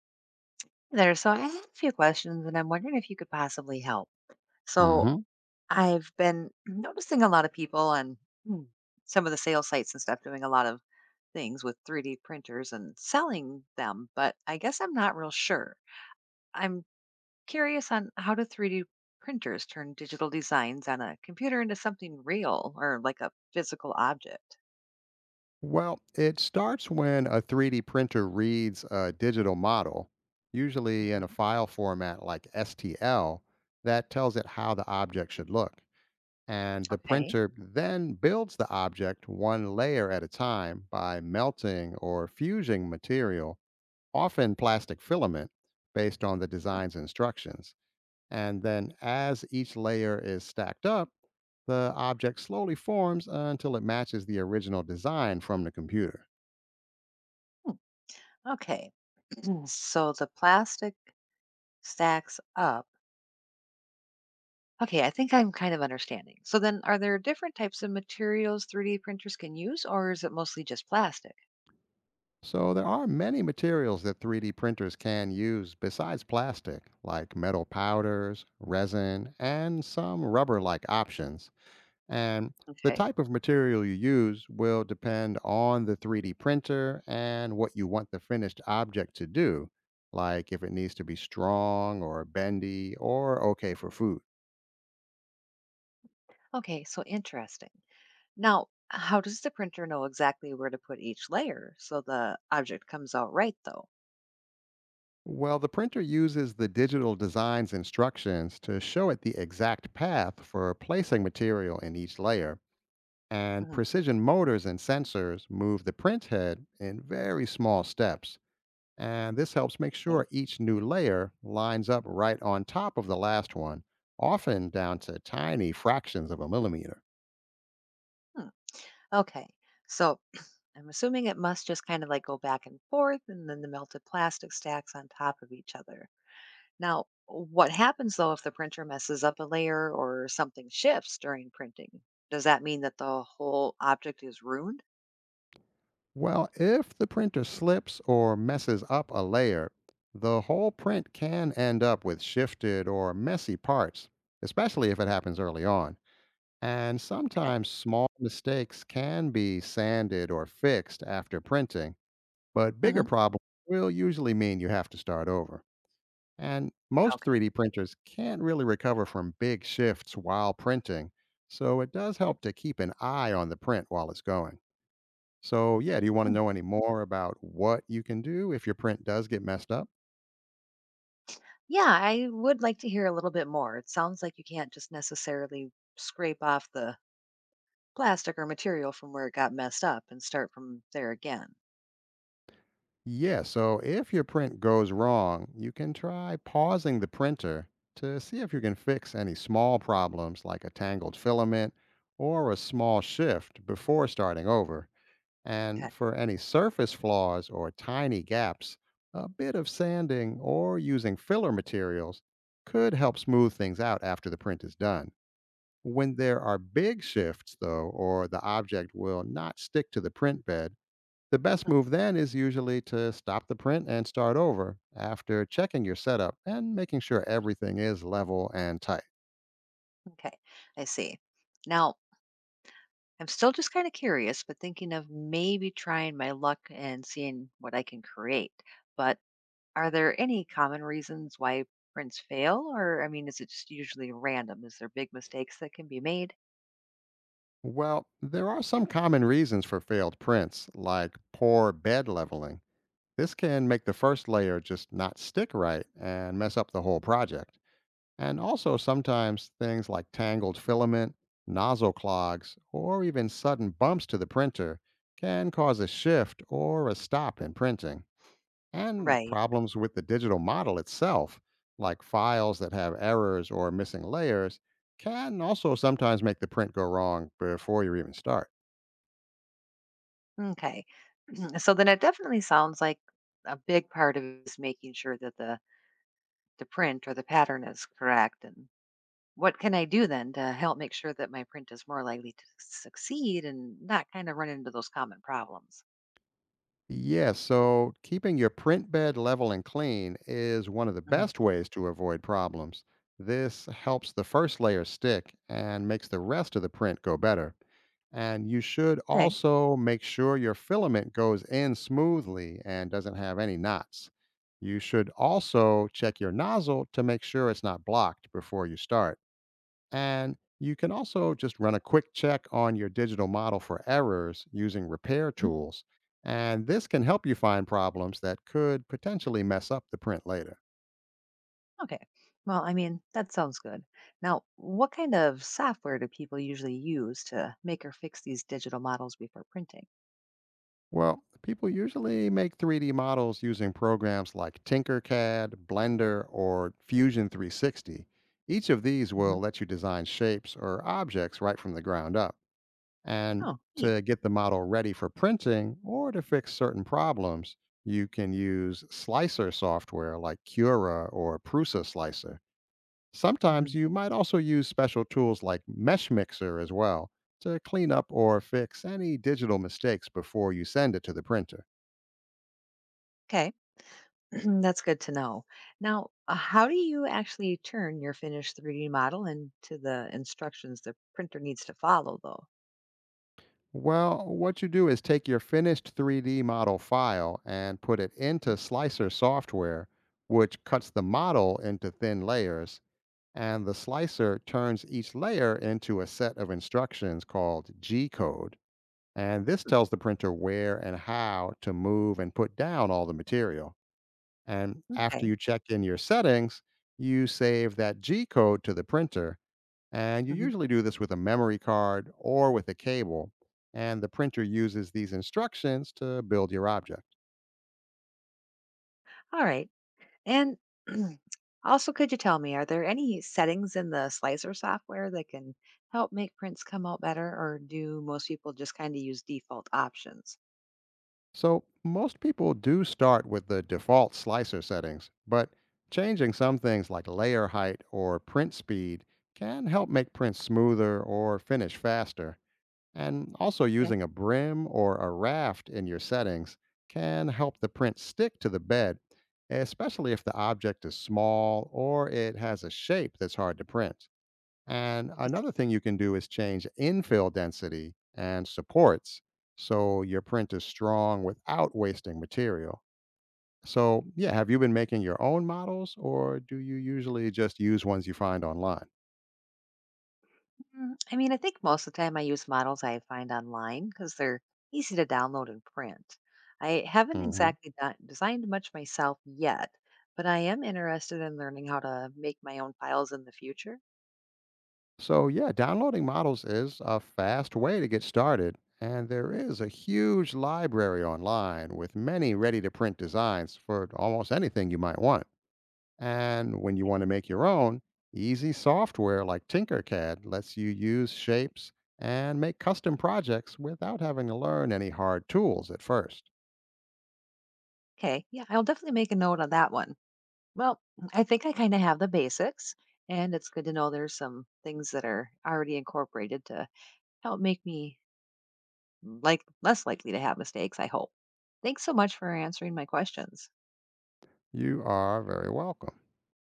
There. So I had a few questions and I'm wondering if you could possibly help. So Hmm. I've been noticing a lot of people on mm, some of the sales sites and stuff doing a lot of things with 3D printers and selling them, but I guess I'm not real sure. I'm Curious on how do 3D printers turn digital designs on a computer into something real or like a physical object? Well, it starts when a 3D printer reads a digital model, usually in a Mhm. file format like STL, that tells it how the object should look. And the Okay. printer then builds the object one layer at a time by melting or fusing material, often plastic filament, based on the design's instructions. And then, as each layer is stacked up, the object slowly forms until it matches the original design from the computer. Okay. So the plastic stacks up. Okay, I think I'm kind of understanding. So then are there different types of materials 3D printers can use or is it mostly just plastic? So, there are many materials that 3D printers can use besides plastic, like metal powders, resin, and some rubber like options. And the Okay. type of material you use will depend on the 3D printer and what you want the finished object to do, like if it needs to be strong or bendy or okay for food. Okay, so interesting. Now, how does the printer know exactly where to put each layer so the object comes out right though? Well, the printer uses the digital design's instructions to show it the exact path for placing material in each layer, and Mhm. precision motors and sensors move the print head in very small steps. And this helps make Right? sure each new layer lines up right on top of the last one, often down to tiny fractions of a millimeter. Hmm. Okay. So I'm assuming it must just kind of like go back and forth and then the melted plastic stacks on top of each other. Now, what happens though if the printer messes up a layer or something shifts during printing? Does that mean that the whole object is ruined? Well, if the printer slips or messes up a layer, the whole print can end up with shifted or messy parts, especially if it happens early on. And Okay. sometimes small mistakes can be sanded or fixed after printing, but bigger Hmm. problems will usually mean you have to start over. And most Okay. 3D printers can't really recover from big shifts while printing, so it does help to keep an eye on the print while it's going. So, yeah, do you want to Hmm. know any more about what you can do if your print does get messed up? Yeah, I would like to hear a little bit more. It sounds like you can't just necessarily scrape off the plastic or material from where it got messed up and start from there again. Yeah, so if your print goes wrong, you can try pausing the printer to see if you can fix any small problems like a tangled filament or a small shift before starting over. And Okay. for any surface flaws or tiny gaps, a bit of sanding or using filler materials could help smooth things out after the print is done. When there are big shifts, though, or the object will not stick to the print bed, the best Mm. move then is usually to stop the print and start over after checking your setup and making sure everything is level and tight. Okay. I see. Now, I'm still just kind of curious, but thinking of maybe trying my luck and seeing what I can create. But Are there any common reasons why prints fail? Or, I mean, is it just usually random? Is there big mistakes that can be made? Well, there are some common reasons for failed prints, like poor bed leveling. This can make the first layer just not stick right and mess up the whole project. And also, sometimes things like tangled filament, nozzle clogs, or even sudden bumps to the printer can cause a shift or a stop in printing. And Right. problems with the digital model itself, like files that have errors or missing layers, can also sometimes make the print go wrong before you even start. Okay. So then it definitely sounds like a big part of it is making sure that the print or the pattern is correct. And what can I do then to help make sure that my print is more likely to succeed and not kind of run into those common problems? Yeah, so keeping your print bed level and clean is one of the Mhm. best ways to avoid problems. This helps the first layer stick and makes the rest of the print go better. And you should Okay. also make sure your filament goes in smoothly and doesn't have any knots. You should also check your nozzle to make sure it's not blocked before you start. And you can also just run a quick check on your digital model for errors using repair tools. And this can help you find problems that could potentially mess up the print later. Okay. Well, I mean, that sounds good. Now, what kind of software do people usually use to make or fix these digital models before printing? Well, people usually make 3D models using programs like Tinkercad, Blender, or Fusion 360. Each of these Hmm. will let you design shapes or objects right from the ground up. And Oh, neat. to get the model ready for printing or to fix certain problems, you can use slicer software like Cura or Prusa Slicer. Sometimes Hmm. you might also use special tools like Mesh Mixer as well to clean up or fix any digital mistakes before you send it to the printer. Okay. That's good to know. Now, how do you actually turn your finished 3D model into the instructions the printer needs to follow, though? Well, what you do is take your finished 3D model file and put it Hmm. into Slicer software, which cuts the model into thin layers. And the slicer turns each layer into a set of instructions called G code. And this tells the printer where and how to move and put down all the material. And after Okay. you check in your settings, you save that G code to the printer. And you Hmm. usually do this with a memory card or with a cable. And the printer uses these instructions to build your object. All right. And also, could you tell me, are there any settings in the Slicer software that can help make prints come out better, or do most people just kind of use default options? So, most people do start with the default slicer settings, but changing some things like layer height or print speed can help make prints smoother or finish faster. And also, Okay, using a brim or a raft in your settings can help the print stick to the bed, especially if the object is small or it has a shape that's hard to print. And I see. another thing you can do is change infill density and supports so your print is strong without wasting material. So, yeah, have you been making your own models or do you usually just use ones you find online? Mm, I mean, I think most of the time I use models I find online because they're easy to download and print. I haven't Hmm. exactly designed much myself yet, but I am interested in learning how to make my own files in the future. So, yeah, downloading models is a fast way to get started. And there is a huge library online with many ready to print designs for almost anything you might want. And when you want to make your own, easy software like Tinkercad lets you use shapes and make custom projects without having to learn any hard tools at first. Okay, yeah, I'll definitely make a note on that one. Well, mm, I think I kind of have the basics, and it's good to know there's some things that are already incorporated to help make me like less likely to have mistakes, I hope. Thanks so much for answering my questions. You are very welcome.